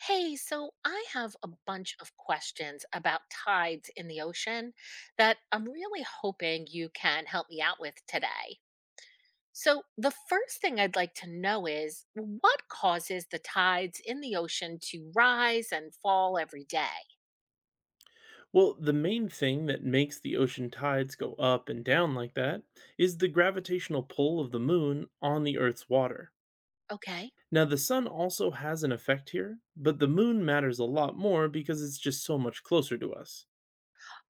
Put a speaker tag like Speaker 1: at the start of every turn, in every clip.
Speaker 1: Hey, so I have a bunch of questions about tides in the ocean that I'm really hoping you can help me out with today. So, the first thing I'd like to know is what causes the tides in the ocean to rise and fall every day?
Speaker 2: Well, the main thing that makes the ocean tides go up and down like that is the gravitational pull of the moon on the Earth's water.
Speaker 1: Okay.
Speaker 2: Now, the sun also has an effect here, but the moon matters a lot more because it's just so much closer to us.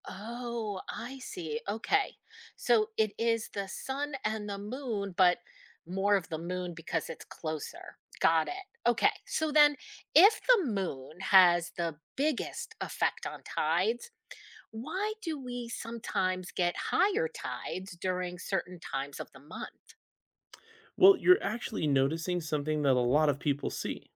Speaker 1: Oh, I see. Okay. So it is the sun and the moon, but more of the moon because it's closer. Got it. Okay. So then, if the moon has the biggest effect on tides, why do we sometimes get higher tides during certain times of the month?
Speaker 2: Well, you're actually noticing something that a lot of people see.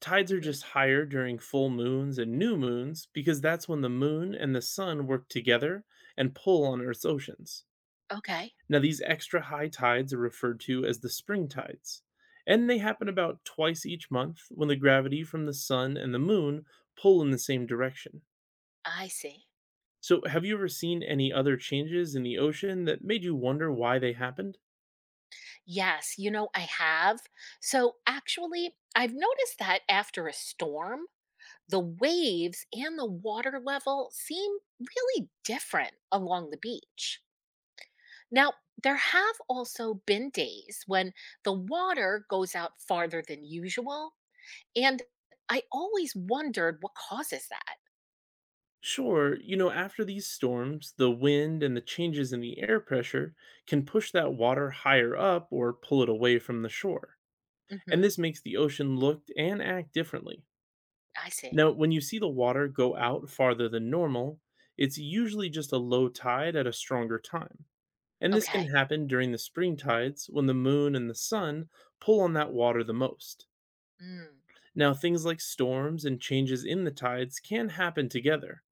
Speaker 2: Tides are
Speaker 1: Hmm.
Speaker 2: just higher during full moons and new moons because that's when the moon and the sun work together and pull on Earth's oceans.
Speaker 1: Okay.
Speaker 2: Now, these extra high tides are referred to as the spring tides, and they happen about twice each month when the gravity from the sun and the moon pull in the same direction.
Speaker 1: I see.
Speaker 2: So, have you ever seen any other changes in the ocean that made you wonder why they happened?
Speaker 1: Yes, you know, I have. So actually, I've noticed that after a storm, the waves and the water level seem really different along the beach. Now, there have also been days when the water goes out farther than usual, and I always wondered what causes that.
Speaker 2: Sure, you know, after these storms, the wind and the changes in the air pressure can push that water higher up or pull it away from the shore. And
Speaker 1: Hmm.
Speaker 2: this makes the ocean look and act differently.
Speaker 1: I see.
Speaker 2: Now, when you see the water go out farther than normal, it's usually just a low tide at a stronger time. And this can
Speaker 1: Okay.
Speaker 2: happen during the spring tides when the moon and the sun pull on that water the most.
Speaker 1: Mm.
Speaker 2: Now, things like storms and changes in the tides can happen together,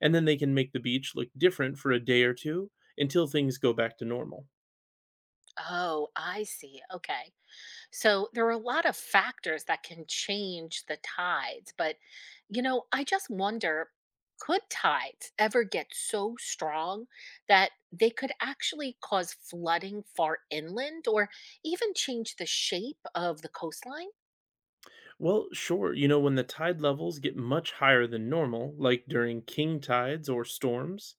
Speaker 2: and then they can make the beach look different for a day or two until things go back to normal.
Speaker 1: Oh, I see. Okay. So there are a lot of factors that can change the tides. But, you know, I just wonder, could tides ever get so strong that they could actually cause flooding far inland or even change the shape of the coastline?
Speaker 2: Well, sure, you know, when the tide levels get much higher than normal, like during king tides or storms,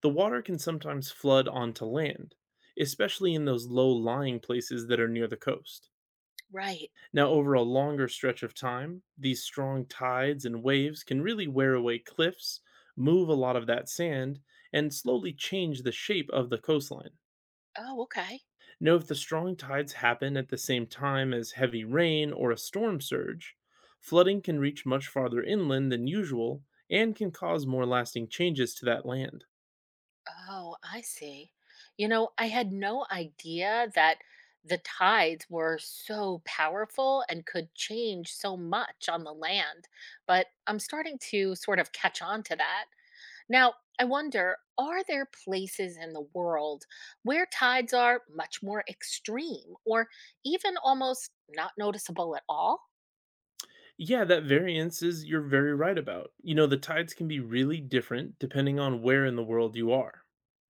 Speaker 2: the water can sometimes flood onto land, especially in those low lying places that are near the coast.
Speaker 1: Right.
Speaker 2: Now, over a longer stretch of time, these strong tides and waves can really wear away cliffs, move a lot of that sand, and slowly change the shape of the coastline.
Speaker 1: Oh, okay.
Speaker 2: Now, if the strong tides happen at the same time as heavy rain or a storm surge, flooding can reach much farther inland than usual and can cause more lasting changes to that land.
Speaker 1: Oh, I see. You know, I had no idea that the tides were so powerful and could change so much on the land, but I'm starting to sort of catch on to that. Now, I wonder, are there places in the world where tides are much more extreme or even almost not noticeable at all?
Speaker 2: Yeah, that variance is you're very right about. You know, the tides can be really different depending on where in the world you are.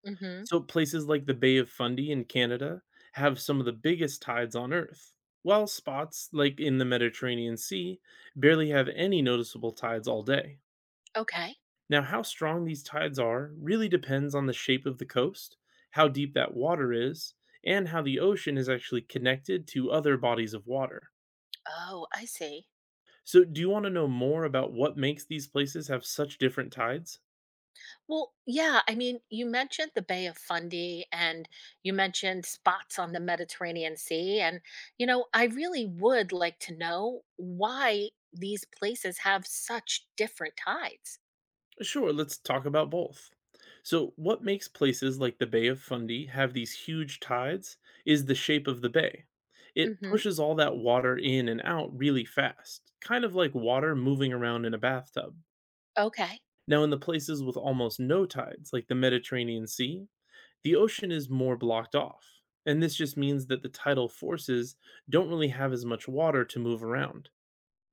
Speaker 1: Mhm.
Speaker 2: So, places like the Bay of Fundy in Canada have some of the biggest tides on Earth, while spots like in the Mediterranean Sea barely have any noticeable tides all day.
Speaker 1: Okay.
Speaker 2: Now, how strong these tides are really depends on the shape of the coast, how deep that water is, and how the ocean is actually connected to other bodies of water.
Speaker 1: Oh, I see.
Speaker 2: So, do you want to know more about what makes these places have such different tides?
Speaker 1: Well, yeah, I mean, you mentioned the Bay of Fundy and you mentioned spots on the Mediterranean Sea. And, you know, I really would like to know why these places have such different tides.
Speaker 2: Sure, let's talk about both. So, what makes places like the Bay of Fundy have these huge tides is the shape of the bay. It
Speaker 1: Hmm.
Speaker 2: pushes all that water in and out really fast, kind of like water moving around in a bathtub.
Speaker 1: Okay.
Speaker 2: Now, in the places with almost no tides, like the Mediterranean Sea, the ocean is more blocked off. And this just means that the tidal forces don't really have as much water to move around.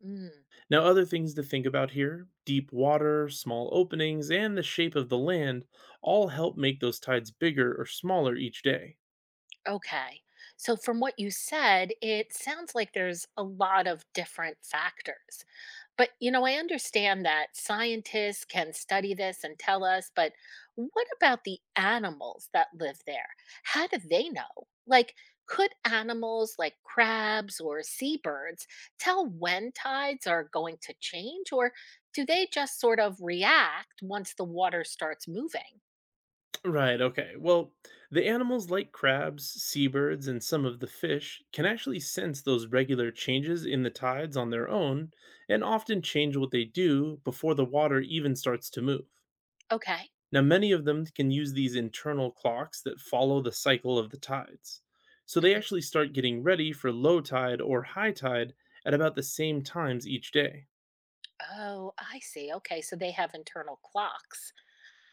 Speaker 1: Mm,
Speaker 2: Now, other things to think about here deep water, small openings, and the shape of the land all help make those tides bigger or smaller each day.
Speaker 1: okay. So, from what you said, it sounds like there's a lot of different factors. But, you know, I understand that scientists can study this and tell us, but what about the animals that live there? How do they know? Like, could animals like crabs or seabirds tell when tides are going to change, or do they just sort of react once the water starts moving?
Speaker 2: Right, okay. Well, the animals like crabs, seabirds, and some of the fish can actually sense those regular changes in the tides on their own and often change what they do before the water even starts to move.
Speaker 1: Okay.
Speaker 2: Now, many of them can use these internal clocks that follow the cycle of the tides. So they
Speaker 1: Hmm.
Speaker 2: actually start getting ready for low tide or high tide at about the same times each day.
Speaker 1: Oh, I see. Okay. So they have internal clocks.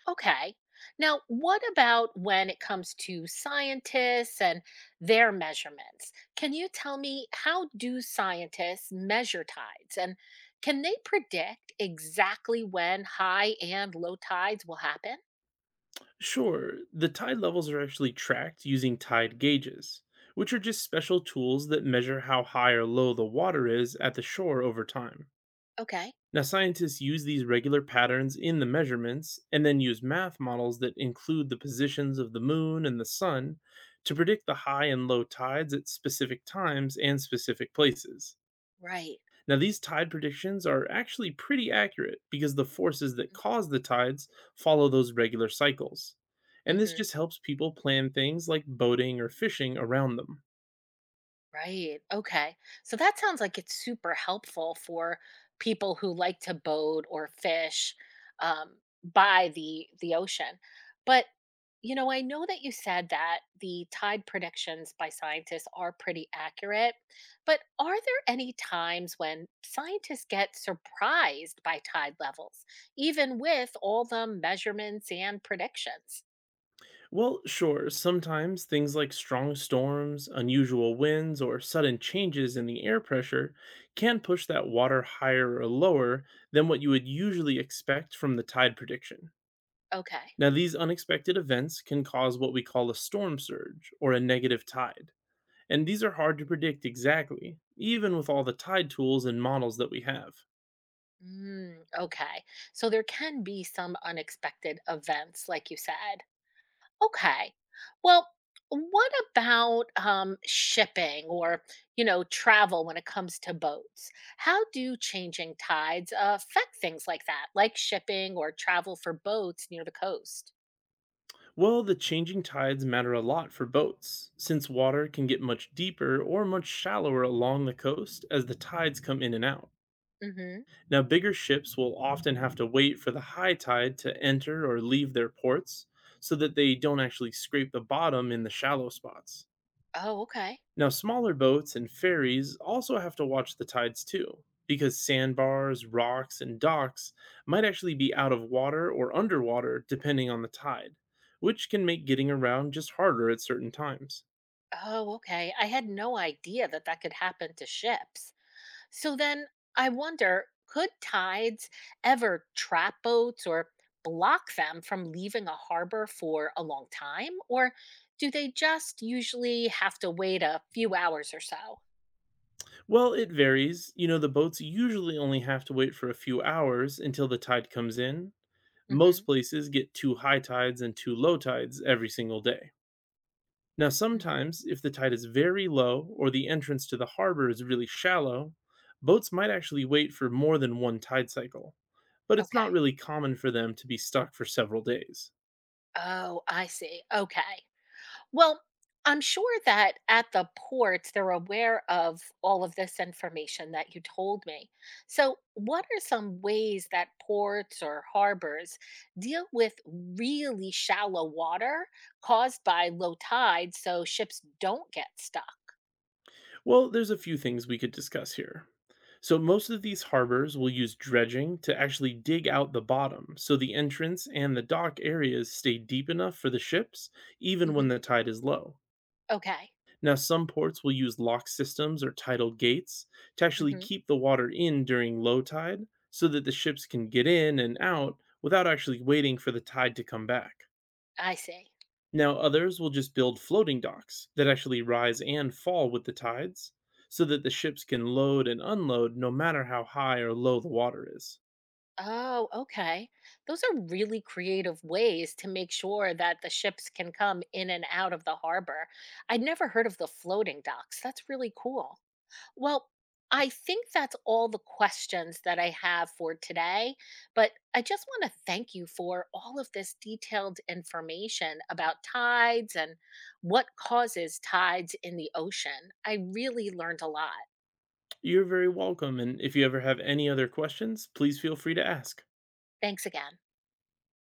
Speaker 1: Okay. Now, what about when it comes to scientists and their measurements? Can you tell me, how do scientists measure tides and can they predict exactly when high and low tides will happen?
Speaker 2: Sure, the tide levels are actually tracked using tide gauges, which are just special tools that measure how high or low the water is at the shore over time.
Speaker 1: Okay,
Speaker 2: Now, scientists use these regular patterns in the measurements and then use math models that include the positions of the moon and the sun to predict the high and low tides at specific times and specific places.
Speaker 1: right.
Speaker 2: Now, these tide predictions are actually pretty accurate because the forces that cause the tides follow those regular cycles. And this
Speaker 1: Mhm.
Speaker 2: just helps people plan things like boating or fishing around them.
Speaker 1: Right. Okay. So that sounds like it's super helpful for people who like to boat or fish um, by the ocean. But you know, I know that you said that the tide predictions by scientists are pretty accurate, but are there any times when scientists get surprised by tide levels, even with all the measurements and predictions?
Speaker 2: Well, sure, sometimes things like strong storms, unusual winds, or sudden changes in the air pressure can push that water higher or lower than what you would usually expect from the tide prediction.
Speaker 1: Okay.
Speaker 2: Now, these unexpected events can cause what we call a storm surge or a negative tide, and these are hard to predict exactly, even with all the tide tools and models that we have.
Speaker 1: Mm, okay. So there can be some unexpected events, like you said. Okay. Well, what about shipping or, you know, travel when it comes to boats? How do changing tides affect things like that, like shipping or travel for boats near the coast?
Speaker 2: Well, the changing tides matter a lot for boats, since water can get much deeper or much shallower along the coast as the tides come in and out.
Speaker 1: Mm-hmm.
Speaker 2: Now, bigger ships will often have to wait for the high tide to enter or leave their ports so that they don't actually scrape the bottom in the shallow spots.
Speaker 1: Oh, okay.
Speaker 2: Now, smaller boats and ferries also have to watch the tides too, because sandbars, rocks, and docks might actually be out of water or underwater depending on the tide, which can make getting around just harder at certain times.
Speaker 1: Oh, okay. I had no idea that that could happen to ships. So then I wonder, could tides ever trap boats or block them from leaving a harbor for a long time? Or do they just usually have to wait a few hours or so?
Speaker 2: Well, it varies. You know, the boats usually only have to wait for a few hours until the tide comes in. Most
Speaker 1: Hmm.
Speaker 2: places get two high tides and two low tides every single day. Now,
Speaker 1: Hmm.
Speaker 2: sometimes, if the tide is very low or the entrance to the harbor is really shallow, boats might actually wait for more than one tide cycle. But it's not
Speaker 1: Okay.
Speaker 2: really common for them to be stuck for several days.
Speaker 1: Oh, I see. Okay. Well, I'm sure that at the ports they're aware of all of this information that you told me. So, what are some ways that ports or harbors deal with really shallow water caused by low tide so ships don't get stuck?
Speaker 2: Well, there's a few things we could discuss here. So, most of these harbors will use dredging to actually dig out the bottom so the entrance and the dock areas stay deep enough for the ships, even
Speaker 1: Hmm.
Speaker 2: when the tide is low.
Speaker 1: Okay.
Speaker 2: Now, some ports will use lock systems or tidal gates to actually
Speaker 1: Hmm.
Speaker 2: keep the water in during low tide so that the ships can get in and out without actually waiting for the tide to come back.
Speaker 1: I see.
Speaker 2: Now, others will just build floating docks that actually rise and fall with the tides so that the ships can load and unload no matter how high or low the water is.
Speaker 1: Oh, okay. Those are really creative ways to make sure that the ships can come in and out of the harbor. I'd never heard of the floating docks. That's really cool. Well, I think that's all the questions that I have for today, but I just want to thank you for all of this detailed information about tides and what causes tides in the ocean. I really learned a lot.
Speaker 2: You're very welcome, and if you ever have any other questions, please feel free to ask.
Speaker 1: Thanks again.